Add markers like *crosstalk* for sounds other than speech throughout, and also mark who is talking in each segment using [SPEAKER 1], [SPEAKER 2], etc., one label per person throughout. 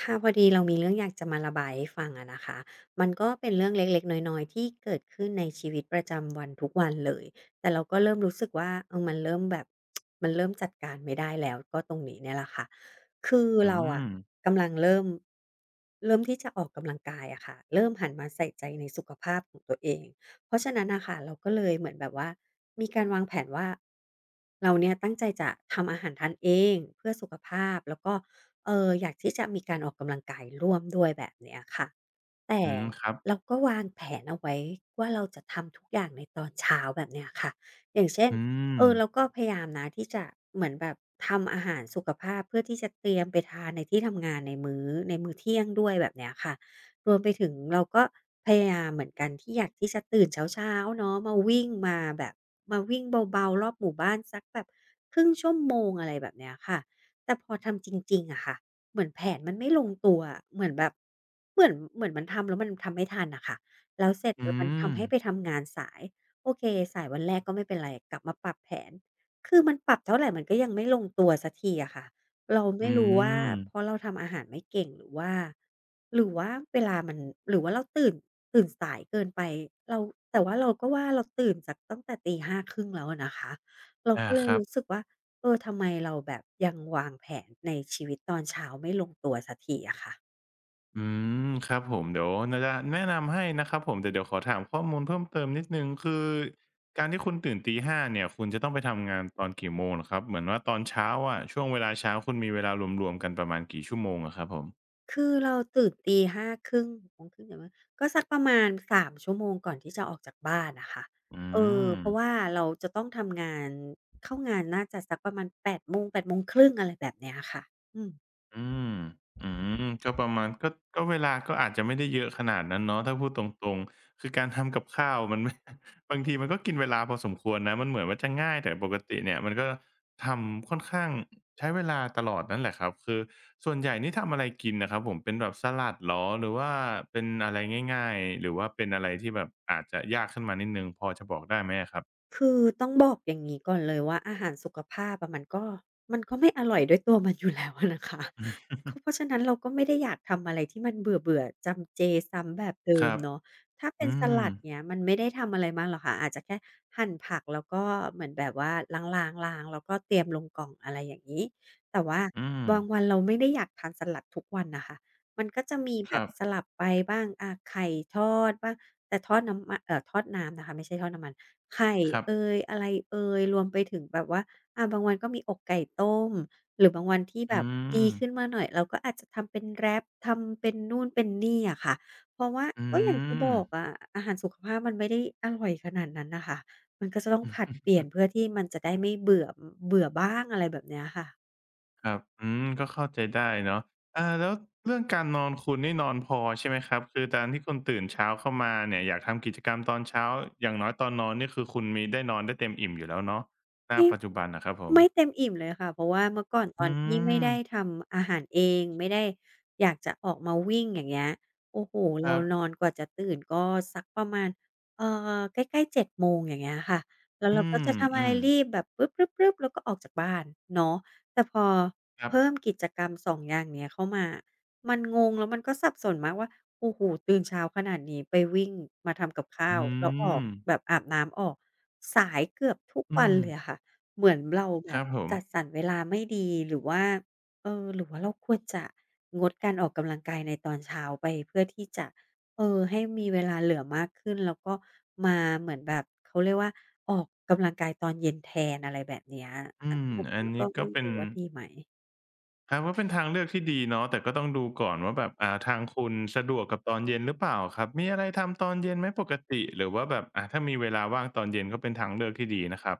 [SPEAKER 1] ค่ะพอดีเรามีเรื่องอยากจะมาระบายให้ฟังอะนะคะมันก็เป็นเรื่องเล็กๆน้อยๆที่เกิดขึ้นในชีวิตประจำวันทุกวันเลยแต่เราก็เริ่มรู้สึกว่าอมันเริ่มแบบ *tsk* มันเริ่มจัดการไม่ได้แล้วก็ตรงนี้เนี่ยแหละค่ะคือ
[SPEAKER 2] อื
[SPEAKER 1] เราอะ
[SPEAKER 2] ม
[SPEAKER 1] กำลังเริ่มที่จะออกกำลังกายอะค่ะเริ่มหันมาใส่ใจในสุขภาพของตัวเองเพราะฉะนั้นนะค่ะเราก็เลยเหมือนแบบว่ามีการวางแผนว่าเราเนี่ยตั้งใจจะทำอาหารทานเองเพื่อสุขภาพแล้วก็ อยากที่จะมีการออกกำลังกายร่วมด้วยแบบเนี้ยค่ะแต่
[SPEAKER 2] อืมครับ
[SPEAKER 1] เราก็วางแผนเอาไว้ว่าเราจะทำทุกอย่างในตอนเช้าแบบเนี้ยค่ะอย่างเช่น
[SPEAKER 2] อืม
[SPEAKER 1] เราก็พยายามนะที่จะเหมือนแบบทำอาหารสุขภาพเพื่อที่จะเตรียมไปทานในที่ทำงานในมื้อเที่ยงด้วยแบบเนี้ยค่ะรวมไปถึงเราก็พยายามเหมือนกันที่อยากที่จะตื่นเช้าๆเนาะมาวิ่งมาแบบมาวิ่งเบาๆรอบหมู่บ้านสักแบบครึ่ง ชม.อะไรแบบเนี้ยค่ะแต่พอทำจริงๆอะค่ะ เหมือนแผนมันไม่ลงตัวอะเหมือนแบบเหมือนมันทำแล้วมันทำไม่ทันน่ะค่ะแล้วเสร็จ
[SPEAKER 2] อื
[SPEAKER 1] แล้วมัน
[SPEAKER 2] ม
[SPEAKER 1] ทำให้ไปทำงานสายโอเคสายวันแรกก็ไม่เป็นไรกลับมาปรับแผนคือมันปรับเท่าไรมันก็ยังไม่ลงตัวสักทีอะค่ะเราไม่
[SPEAKER 2] อื
[SPEAKER 1] รู้ว่า
[SPEAKER 2] ม
[SPEAKER 1] เพราะเราทำอาหารไม่เก่งหรือว่าหรือว่าเวลามันหรือว่าเราตื่นสายเกินไปเราแต่ว่าเราก็ว่าเราตื่นจากตั้งแต่ตี 5 ครึ่งแล้วอะนะคะ เรา
[SPEAKER 2] อา
[SPEAKER 1] ก็เล
[SPEAKER 2] ค
[SPEAKER 1] ย
[SPEAKER 2] รับ
[SPEAKER 1] รู้สึกว่าทำไมเราแบบยังวางแผนในชีวิตตอนเช้าไม่ลงตัวสักทีอะค่ะ
[SPEAKER 2] อืมครับผมเดี๋ยวน่าจะแนะนำให้นะครับผมแต่เดี๋ยวขอถามข้อมูลเพิ่มเติมนิดหนึ่งคือการที่คุณตื่นตี 5เนี่ยคุณจะต้องไปทำงานตอนกี่โมงเหรอครับเหมือนว่าตอนเช้าอะช่วงเวลาเช้าคุณมีเวลารวมๆกันประมาณกี่ชั่วโมงอะครับผม
[SPEAKER 1] คือเราตื่นตี5:30 6:30อย่างเงียก็สักประมาณ3ชั่วโมงก่อนที่จะออกจากบ้านอะค่ะ
[SPEAKER 2] อืม
[SPEAKER 1] เพราะว่าเราจะต้องทำงานเข้างานน่าจะสักประมาณ8โมง8โมงครึ่งอะไรแบบเนี้ยค่ะอืม
[SPEAKER 2] อืม อืม ก็ประมาณก็เวลาก็อาจจะไม่ได้เยอะขนาดนั้นเนาะถ้าพูดตรงๆคือการทำกับข้าวมันไม่ *laughs* บางทีมันก็กินเวลาพอสมควรนะมันเหมือนว่าจะง่ายแต่ปกติเนี่ยมันก็ทำค่อนข้างใช้เวลาตลอดนั่นแหละครับคือส่วนใหญ่นี่ทำอะไรกินน่ะครับผมเป็นแบบสลัดเหรอหรือว่าเป็นอะไรง่ายๆหรือว่าเป็นอะไรที่แบบอาจจะยากขึ้นมานิดหนึ่งพอจะบอกได้ไหมอะครับ
[SPEAKER 1] คือต้องบอกอย่างนี้ก่อนเลยว่าอาหารสุขภาพอะมันก็ไม่อร่อยด้วยตัวมันอยู่แล้วอะนะคะ
[SPEAKER 2] อืม
[SPEAKER 1] *laughs*
[SPEAKER 2] *laughs*
[SPEAKER 1] ก็เพราะฉะนั้นเราก็ไม่ได้อยากทำอะไรที่มันเบื่อๆจำเจซ้ำแบบเดิ
[SPEAKER 2] ค
[SPEAKER 1] ม
[SPEAKER 2] รับ
[SPEAKER 1] เนาะถ้าเป็น
[SPEAKER 2] อื
[SPEAKER 1] ส
[SPEAKER 2] ม
[SPEAKER 1] ลัดเงี้ยมันไม่ได้ทำอะไรมากหรอกค่ะอาจจะแค่หั่นผักแล้วก็เหมือนแบบว่าล้างๆล้างแล้วก็เตรียมลงกล่องอะไรอย่างงี้แต่ว่า
[SPEAKER 2] อืม
[SPEAKER 1] บางวันเราไม่ได้อยากทานสลัดทุกวันน่ะค่ะมันก็จะมี
[SPEAKER 2] ค
[SPEAKER 1] แบบ
[SPEAKER 2] รับ
[SPEAKER 1] สลับไปบ้างอาไข่ทอดบ้างแต่ทอดน้ำนะคะไม่ใช่ทอดน้ำมัน ไข่
[SPEAKER 2] ครับ
[SPEAKER 1] เอยอะไรเอยรวมไปถึงแบบว่าอาบางวันก็มีอกไก่ต้มหรือบางวันที่แบ
[SPEAKER 2] อื
[SPEAKER 1] บดี
[SPEAKER 2] ม
[SPEAKER 1] ขึ้นมาหน่อยเราก็อาจจะทำเป็นแรปทำเป็นนู่นเป็นนี่อะค่ะเพราะว่า
[SPEAKER 2] อื
[SPEAKER 1] ก็อย่างที่บ
[SPEAKER 2] ม
[SPEAKER 1] อกอะอาหารสุขภาพมันไม่ได้อร่อยขนาดนั้นน่ะค่ะมันก็จะต้องผลัดเปลี่ยนเพื่อที่มันจะได้ไม่เบื่อเบื่อบ้างอะไรแบบเนี้ยค่ะ
[SPEAKER 2] ครับอืมก็เข้าใจได้เนาะแล้วเรื่องการนอนคุณนี่นอนพอใช่ไหมครับคือการที่คุณตื่นเช้าเข้ามาเนี่ยอยากทำกิจกรรมตอนเช้าอย่างน้อยตอนนอนนี่คือคุณมีได้นอนได้เต็มอิ่มอยู่แล้วเนาะณ
[SPEAKER 1] จริง
[SPEAKER 2] ปัจจุบันอะครับผม
[SPEAKER 1] ไม่เต็มอิ่มเลยค่ะเพราะว่าเมื่อก่อนตอ
[SPEAKER 2] อื
[SPEAKER 1] นที่ไม่
[SPEAKER 2] ม
[SPEAKER 1] ได้ทำอาหารเองไม่ได้อยากจะออกมาวิ่งอย่างเงี้ยโอ้โฮ
[SPEAKER 2] ค
[SPEAKER 1] เรา
[SPEAKER 2] รั
[SPEAKER 1] นอ
[SPEAKER 2] บ
[SPEAKER 1] นกว่าจะตื่นก็สักประมาณเอ่อใกล้ๆ7 โมงอย่างเงี้ยค่ะแล้ว
[SPEAKER 2] อื
[SPEAKER 1] เราก็
[SPEAKER 2] ม
[SPEAKER 1] จะทำอะ
[SPEAKER 2] อื
[SPEAKER 1] ไร
[SPEAKER 2] ม
[SPEAKER 1] รีบแบบปึ๊บๆๆแล้วก็ออกจากบ้านเนาะแต่พอ
[SPEAKER 2] ครับ
[SPEAKER 1] เพิ่มกิจกรรม2องอย่างเนี้ยเข้ามามันงงแล้วมันก็สับสนมากว่าโอ้โฮตื่นเช้าขนาดนี้ไปวิ่งมาทำกับข้า
[SPEAKER 2] อื
[SPEAKER 1] วแล้วออก
[SPEAKER 2] ม
[SPEAKER 1] แบบอาบน้ำออกสายเกือบทุก
[SPEAKER 2] อื
[SPEAKER 1] วัน
[SPEAKER 2] ม
[SPEAKER 1] เลยอะค่ะ เหมือนเราแบ
[SPEAKER 2] ค
[SPEAKER 1] บ
[SPEAKER 2] รับผม
[SPEAKER 1] จัดสรรเวลาไม่ดีหรือว่าหรือว่าเราควรจะงดการออกกำลังกายในตอนเช้าไปเพื่อที่จะให้มีเวลาเหลือมากขึ้นแล้วก็มาเหมือนแบบเขาเรียกว่าออกกำลังกายตอนเย็นแทนอะไรแบบเนี้ย
[SPEAKER 2] อื
[SPEAKER 1] อัน
[SPEAKER 2] ม
[SPEAKER 1] นี้
[SPEAKER 2] อัน
[SPEAKER 1] ก็
[SPEAKER 2] นี้ก็
[SPEAKER 1] ไม่
[SPEAKER 2] เป็น
[SPEAKER 1] รู้ว่าดีไหม
[SPEAKER 2] ครับก็เป็นทางเลือกที่ดีเนาะแต่ก็ต้องดูก่อนว่าแบบทางคุณสะดวกกับตอนเย็นหรือเปล่าครับมีอะไรทำตอนเย็นไหมปกติหรือว่าแบบถ้ามีเวลาว่างตอนเย็นก็เป็นทางเลือกที่ดีนะครับ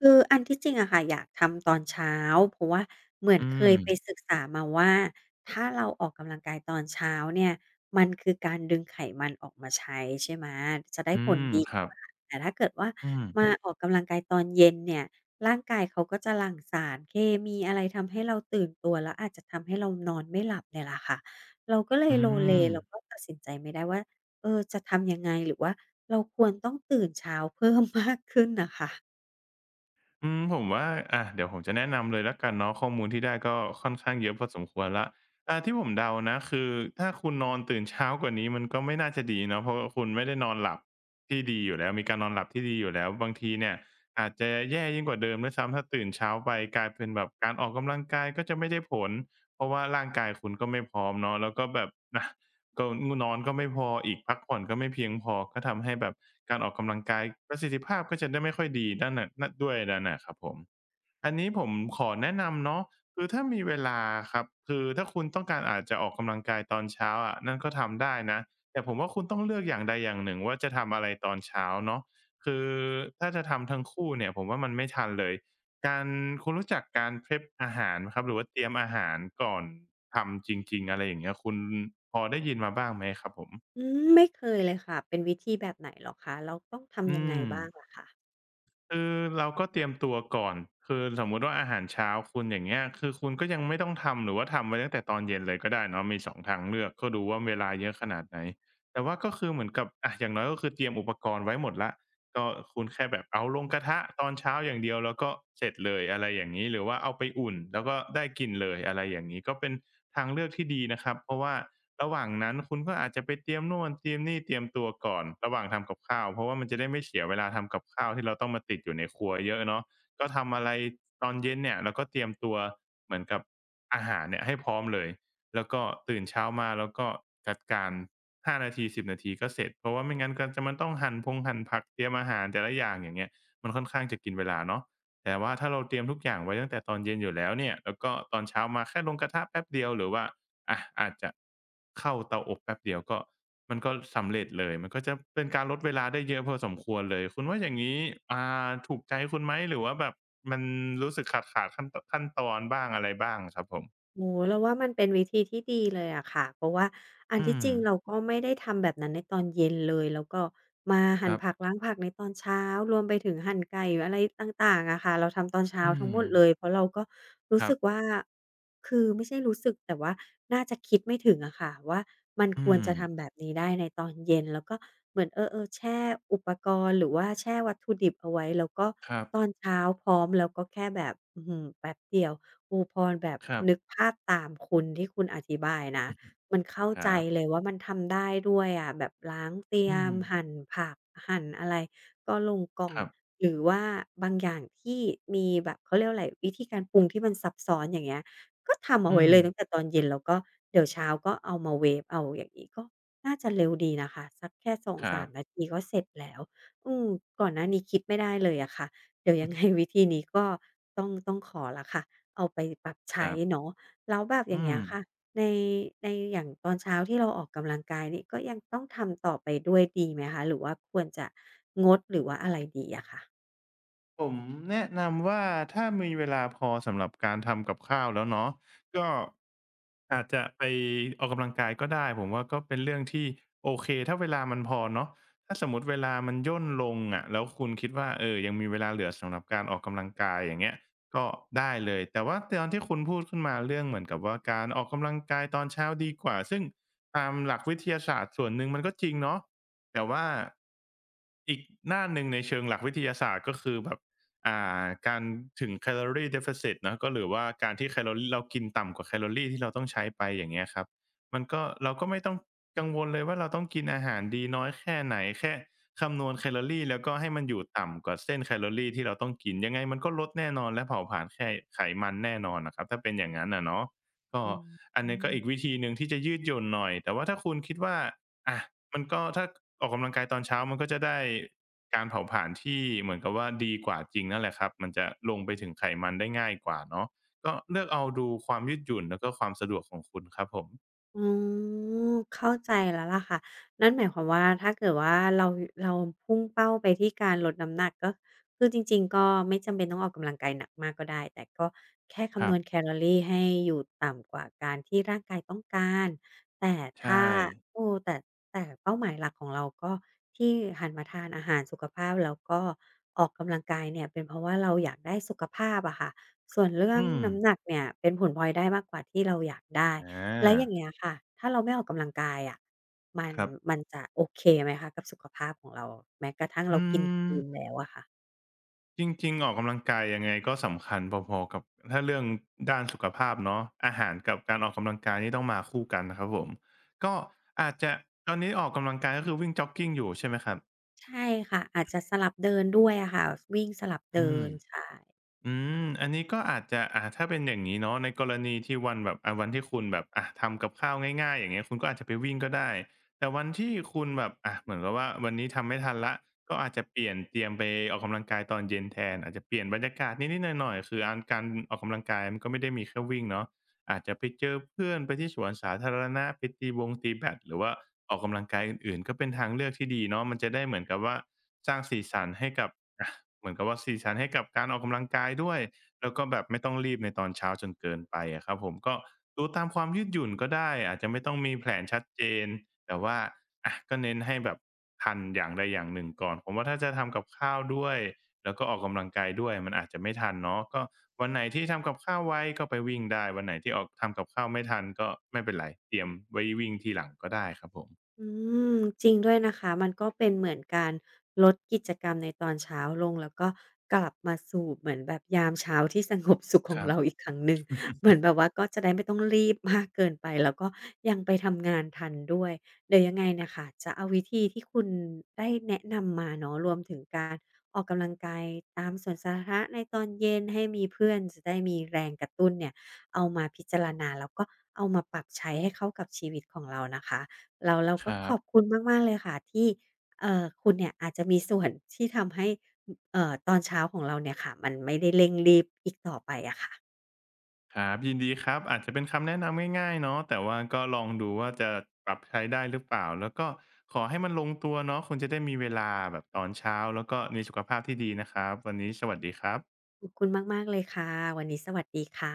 [SPEAKER 1] คืออันที่จริงอะค่ะอยากทำตอนเช้าเพราะว่าเหมือน
[SPEAKER 2] อื
[SPEAKER 1] เค
[SPEAKER 2] ม
[SPEAKER 1] ยไปศึกษามาว่าถ้าเราออกกำลังกายตอนเช้าเนี่ยมันคือการดึงไขมันออกมาใช้ใช่ไหมจะได้
[SPEAKER 2] อื
[SPEAKER 1] ผล
[SPEAKER 2] ม
[SPEAKER 1] ดี
[SPEAKER 2] ค
[SPEAKER 1] ก
[SPEAKER 2] รับ
[SPEAKER 1] ว่าแต่ถ้าเกิดว่า
[SPEAKER 2] อืม
[SPEAKER 1] มาออกกำลังกายตอนเย็นเนี่ยร่างกายเขาก็จะหลั่งสารเคมีอะไรทำให้เราตื่นตัวแล้วอาจจะทำให้เรานอนไม่หลับเนี่ยล่ะค่ะเราก็เลย
[SPEAKER 2] อื
[SPEAKER 1] โลเล
[SPEAKER 2] ม
[SPEAKER 1] เราก็ตัดสินใจไม่ได้ว่าจะทำยังไงหรือว่าเราควรต้องตื่นเช้าเพิ่มมากขึ้นน่ะค่ะ
[SPEAKER 2] อืมผมว่าเดี๋ยวผมจะแนะนำเลยแล้วกันเนาะข้อมูลที่ได้ก็ค่อนข้างเยอะพอสมควรละที่ผมเดานะคือถ้าคุณนอนตื่นเช้ากว่านี้มันก็ไม่น่าจะดีเนาะเพราะว่าคุณไม่ได้นอนหลับที่ดีอยู่แล้วมีการนอนหลับที่ดีอยู่แล้วบางทีเนี่ยอาจจะแย่ยิ่งกว่าเดิมด้วยซ้ำถ้าตื่นเช้าไปกลายเป็นแบบการออกกำลังกายก็จะไม่ได้ผลเพราะว่าร่างกายคุณก็ไม่พร้อมเนาะแล้วก็แบบนะ ก็งนอนก็ไม่พออีกพักผ่อนก็ไม่เพียงพอก็ทำให้แบบการออกกำลังกายประสิทธิภาพก็จะได้ไม่ค่อยดีด้านน่ะันด้วยนั่นน่ะครับผมอันนี้ผมขอแนะนำเนาะคือถ้ามีเวลาครับคือถ้าคุณต้องการอาจจะออกกำลังกายตอนเช้าอะนั่นก็ทำได้นะแต่ผมว่าคุณต้องเลือกอย่างใดอย่างหนึ่งว่าจะทำอะไรตอนเช้าเนาะคือถ้าจะทำทั้งคู่เนี่ยผมว่ามันไม่ทันเลย การคุณรู้จักการ prep อาหารไหมครับหรือว่าเตรียมอาหารก่อนทำจริงๆอะไรอย่างเงี้ยคุณพอได้ยินมาบ้างไหมครับผม
[SPEAKER 1] อืมไม่เคยเลยค่ะ เป็นวิธีแบบไหนเหรอคะแล้วต้องทำ
[SPEAKER 2] อื
[SPEAKER 1] ยังไง
[SPEAKER 2] ม
[SPEAKER 1] บ้างล่ะคะ
[SPEAKER 2] คือเราก็เตรียมตัวก่อนคือสมมุติว่าอาหารเช้าคุณอย่างเงี้ยคือคุณก็ยังไม่ต้องทำหรือว่าทำไว้ตั้งแต่ตอนเย็นเลยก็ได้เนาะมีสองทางเลือกก็ดูว่าเวลาเยอะขนาดไหนแต่ว่าก็คือเหมือนกับอะอย่างน้อยก็คือเตรียมอุปกรณ์ไว้หมดแล้วก็คุณแค่แบบเอาลงกระทะตอนเช้าอย่างเดียวแล้วก็เสร็จเลยอะไรอย่างงี้หรือว่าเอาไปอุ่นแล้วก็ได้กินเลยอะไรอย่างงี้ก็เป็นทางเลือกที่ดีนะครับเพราะว่า ระหว่างนั้นคุณก็อาจจะไปเตรียมโน่นเตรียมนี่เตรียมตัวก่อนระหว่างทำกับข้าวเพราะว่ามันจะได้ไม่เสียเวลาทำกับข้าวที่เราต้องมาติดอยู่ในครัวเยอะเนาะก็ทำอะไรตอนเย็นเนี่ยเราก็เตรียมตัวเหมือนกับอาหารเนี่ยให้พร้อมเลยแล้วก็ตื่นเช้ามาแล้วก็จัดการ5 นาที 10 นาทีก็เสร็จเพราะว่าไม่งั้นก็จะมันต้องหั่นพงหั่นผักเตรียมอาหารแต่ละอย่างอย่างเงี้ยมันค่อนข้างจะกินเวลาเนาะแต่ว่าถ้าเราเตรียมทุกอย่างไว้ตั้งแต่ตอนเย็นอยู่แล้วเนี่ยแล้วก็ตอนเช้ามาแค่ลงกระทะแป๊บเดียวหรือว่า อะอาจจะเข้าเตาอบแป๊บเดียวก็มันก็สำเร็จเลยมันก็จะเป็นการลดเวลาได้เยอะพอสมควรเลยคุณว่าอย่างนี้อ่าถูกใจคุณไหมหรือว่าแบบมันรู้สึกขาดขั้นตอนบ้างอะไรบ้างครับผม
[SPEAKER 1] โอ้โฮเราว่ามันเป็นวิธีที่ดีเลยอะค่ะเพราะว่าอัน
[SPEAKER 2] อื
[SPEAKER 1] ที่
[SPEAKER 2] ม
[SPEAKER 1] จริงเราก็ไม่ได้ทำแบบนั้นในตอนเย็นเลยแล้วก็มา
[SPEAKER 2] ค
[SPEAKER 1] หั่น
[SPEAKER 2] รั
[SPEAKER 1] ผัก
[SPEAKER 2] บ
[SPEAKER 1] ล้างผักในตอนเช้ารวมไปถึงหั่นไก่อะไรต่างๆอะค่ะเราทำตอนเช้า
[SPEAKER 2] อื
[SPEAKER 1] ทั้ง
[SPEAKER 2] ม
[SPEAKER 1] หมดเลยเพราะเราก็
[SPEAKER 2] ค
[SPEAKER 1] รู้
[SPEAKER 2] รั
[SPEAKER 1] สึ
[SPEAKER 2] บ
[SPEAKER 1] กว่าคือไม่ใช่รู้สึกแต่ว่าน่าจะคิดไม่ถึงอะค่ะว่ามันค
[SPEAKER 2] อื
[SPEAKER 1] วร
[SPEAKER 2] ม
[SPEAKER 1] จะทำแบบนี้ได้ในตอนเย็นแล้วก็เหมือนเออๆแช่อุปกรณ์หรือว่าแช่วัตถุดิบเอาไว้แล้วก็
[SPEAKER 2] ครับ
[SPEAKER 1] ตอนเช้าพร้อมแล้วก็แค่แบบอื้อฮือแป๊บเดียว โอ้พอแบบ
[SPEAKER 2] ครั
[SPEAKER 1] นึก
[SPEAKER 2] บ
[SPEAKER 1] ภาพตามคุณที่คุณอธิบายนะมันเข้า
[SPEAKER 2] ค
[SPEAKER 1] ใจ
[SPEAKER 2] รั
[SPEAKER 1] เล
[SPEAKER 2] บ
[SPEAKER 1] ยว่ามันทำได้ด้วยอะแบบล้างเตรีย
[SPEAKER 2] อืม
[SPEAKER 1] มหั่นผักหั่นอะไรก็ลงกล่อ
[SPEAKER 2] ค
[SPEAKER 1] ง
[SPEAKER 2] รับ
[SPEAKER 1] หรือว่าบางอย่างที่มีแบบเขาเรียกว่าอะไรวิธีการปรุงที่มันซับซ้อนอย่างเงี้ยก็ทำเอา
[SPEAKER 2] อื
[SPEAKER 1] ไว้
[SPEAKER 2] ม
[SPEAKER 1] เลยตั้งแต่ตอนเย็นแล้วก็เดี๋ยวเช้าก็เอามาเวฟเอาอย่างงี้ก็น่าจะเร็วดีนะคะสักแค่สอง
[SPEAKER 2] ครั
[SPEAKER 1] สา
[SPEAKER 2] บ
[SPEAKER 1] มนาทีก็เสร็จแล้วอืมก่อนหน้านี้คิดไม่ได้เลยอะค่ะเดี๋ยว
[SPEAKER 2] อื
[SPEAKER 1] ยังไง
[SPEAKER 2] อ
[SPEAKER 1] *laughs* วิธีนี้ก็ต้องขอแล้วค่ะ เอาไปปรับ
[SPEAKER 2] ค
[SPEAKER 1] ใช้
[SPEAKER 2] รับ
[SPEAKER 1] เนาะแล้วแบบอย่า
[SPEAKER 2] อื
[SPEAKER 1] งเงี้
[SPEAKER 2] ม
[SPEAKER 1] ยค่ะในในอย่างตอนเช้าที่เราออกกำลังกายนี่ก็ยังต้องทำต่อไปด้วยดีไหมคะหรือว่าควรจะงดหรือว่าอะไรดีอะค่ะ
[SPEAKER 2] ผมแนะนำว่าถ้ามีเวลาพอสำหรับการทำกับข้าวแล้วเนาะก็อาจจะไปออกกำลังกายก็ได้ผมว่าก็เป็นเรื่องที่โอเคถ้าเวลามันพอเนาะถ้าสมมติเวลามันย่นลงอะแล้วคุณคิดว่าเออยังมีเวลาเหลือสำหรับการออกกำลังกายอย่างเงี้ยก็ได้เลยแต่ว่าตอนที่คุณพูดขึ้นมาเรื่องเหมือนกับว่าการออกกำลังกายตอนเช้าดีกว่าซึ่งตามหลักวิทยาศาสตร์ส่วนหนึ่งมันก็จริงเนาะแต่ว่าอีกหน้าหนึ่งในเชิงหลักวิทยาศาสตร์ก็คือแบบ การถึงแ a l o r i ่ deficit เดฟ i ซิตนอะก็หรือว่าการที่แคลอรีเรากินต่ำกว่าแคลอรีที่เราต้องใช้ไปอย่างเงี้ยครับมันก็เราก็ไม่ต้องกังวลเลยว่าเราต้องกินอาหารดีน้อยแค่ไหนแค่คำนวณแคลอรีแล้วก็ให้มันอยู่ต่ำกว่าเส้นแคลอรีที่เราต้องกินยังไงมันก็ลดแน่นอนและเผาผลาญไข่ไขมันแน่นอนนะครับถ้าเป็นอย่างนั้นนะเนาะก็
[SPEAKER 1] อืม
[SPEAKER 2] อันนี้ก็อีกวิธีหนึ่งที่จะยืดหยุ่นหน่อยแต่ว่าถ้าคุณคิดว่า อะมันก็ถ้าออกกำลังกายตอนเช้ามันก็จะได้การเผาผลาญที่เหมือนกับว่าดีกว่าจริงนั่นแหละครับมันจะลงไปถึงไขมันได้ง่ายกว่าเนาะก็เลือกเอาดูความยืดหยุ่นแล้วก็ความสะดวกของคุณครับผม
[SPEAKER 1] อ๋อเข้าใจแล้วล่ะค่ะนั่นหมายความว่าถ้าเกิดว่าเราพุ่งเป้าไปที่การลดน้ำหนักก็คือจริงๆก็ไม่จำเป็นต้องออกกำลังกายหนักมากก็ได้แต่ก็แค่
[SPEAKER 2] ค
[SPEAKER 1] คำน
[SPEAKER 2] รับ
[SPEAKER 1] วณแคลอรีให้อยู่ต่ำกว่าการที่ร่างกายต้องการแต่
[SPEAKER 2] ใช่
[SPEAKER 1] ถ้าเออแต่แต่เป้าหมายหลักของเราก็ที่หันมาทานอาหารสุขภาพแล้วก็ออกกำลังกายเนี่ยเป็นเพราะว่าเราอยากได้สุขภาพอะค่ะส่วนเรื่อง
[SPEAKER 2] อืม
[SPEAKER 1] น้ำหนักเนี่ยเป็นผลพลอยได้มากกว่าที่เราอยากได้
[SPEAKER 2] อ
[SPEAKER 1] แล้วอย่าง
[SPEAKER 2] า
[SPEAKER 1] เงี้ยค่ะ ถ้าเราไม่ออกกำลังกายอะมัน
[SPEAKER 2] ครับ
[SPEAKER 1] มันจะโอเคไหมคะกับสุขภาพของเราแม้กระทั่งเรา
[SPEAKER 2] อื
[SPEAKER 1] กินค
[SPEAKER 2] ม
[SPEAKER 1] ลี a แล้วอะค่ะ
[SPEAKER 2] จริงๆออกกำลังกายยังไงก็สำคัญพอๆกับถ้าเรื่องด้านสุขภาพเนาะอาหารกับการออกกำลังกายนี่ต้องมาคู่กันนะครับผมก็อาจจะตอนนี้ออกกำลังกายก็คือวิ่งจ็อกกิงอยู่ใช่ไหมครับ
[SPEAKER 1] ใช่ค่ะอาจจะสลับเดินด้วยอะค่ะวิ่งสลับ
[SPEAKER 2] อื
[SPEAKER 1] เดิ
[SPEAKER 2] ม
[SPEAKER 1] นใช่
[SPEAKER 2] อืมอันนี้ก็อาจจะถ้าเป็นอย่างนี้เนาะในกรณีที่วันแบบวันที่คุณแบบทำกับข้าวง่ายๆอย่างเงี้ยคุณก็อาจจะไปวิ่งก็ได้ แต่วันที่คุณแบบเหมือนกับว่าวันนี้ทำไม่ทันแล้วก็อาจจะเปลี่ยนเตรียมไปออกกำลังกายตอนเย็นแทนอาจจะเปลี่ยนบรรยากาศนิดๆหน่อยๆคืออันการออกกำลังกายมันก็ไม่ได้มีแค่วิ่งเนาะ อาจจะไปเจอเพื่อนไปที่สวนสาธารณะไปตีวงตีแบดหรือว่าออกกำลังกายอื่นๆก็เป็นทางเลือกที่ดีเนาะมันจะได้เหมือนกับว่าสร้างสีสันให้กับอะเหมือนกับว่าสีสันให้กับการออกกำลังกายด้วยแล้วก็แบบไม่ต้องรีบในตอนเช้าจนเกินไปอะครับผมก็ดูตามความยืดหยุ่นก็ได้อาจจะไม่ต้องมีแผนชัดเจนแต่ว่าก็เน้นให้แบบทันอย่างใดอย่างหนึ่งก่อนผมว่าถ้าจะทำกับข้าวด้วย แล้วก็ออกกำลังกายด้วยมันอาจจะไม่ทันเนาะก็วันไหนที่ทำกับข้าวไว้ก็ไปวิ่งได้วันไหนที่ออกทำกับข้าวไม่ทันก็ไม่เป็นไรเตรียมไว้วิ่งทีหลังก็ได้ครับผม
[SPEAKER 1] อืมจริงด้วยนะคะมันก็เป็นเหมือนการลดกิจกรรมในตอนเช้าลงแล้วก็กลับมาสู่เหมือนแบบยามเช้าที่สงบสุขข
[SPEAKER 2] ค
[SPEAKER 1] อง
[SPEAKER 2] รั
[SPEAKER 1] เรา
[SPEAKER 2] บ
[SPEAKER 1] อีกครั้งหนึ่งเหมือนแบบว่าก็จะได้ไม่ต้องรีบมากเกินไปแล้วก็ยังไปทำงานทันด้วยเดี๋ยวยังไงเน่ะค่ะจะเอาวิธีที่คุณได้แนะนำมาเนาะรวมถึงการออกกำลังกายตามสวนสาธารณะในตอนเย็นให้มีเพื่อนจะได้มีแรงกระตุ้นเนี่ยเอามาพิจารณาแล้วก็เอามาปรับใช้ให้เข้ากับชีวิตของเรานะคะ เรา
[SPEAKER 2] ค
[SPEAKER 1] ก็
[SPEAKER 2] รั
[SPEAKER 1] ข
[SPEAKER 2] บ
[SPEAKER 1] อบคุณมากๆเลยค่ะที่คุณเนี่ยอาจจะมีส่วนที่ทำให้อเอ่อตอนเช้าของเราเนี่ยค่ะมันไม่ได้เร่งรีบอีกต่อไปอะค่ะ
[SPEAKER 2] ครับยินดีครับอาจจะเป็นคำแนะนำง่ายๆเนาะแต่ว่าก็ลองดูว่าจะปรับใช้ได้หรือเปล่าแล้วก็ขอให้มันลงตัวเนาะคุณจะได้มีเวลาแบบตอนเช้าแล้วก็มีสุขภาพที่ดีนะครับวันนี้สวัสดีครับ
[SPEAKER 1] ขอบคุณมากๆเลยค่ะวันนี้สวัสดีค่ะ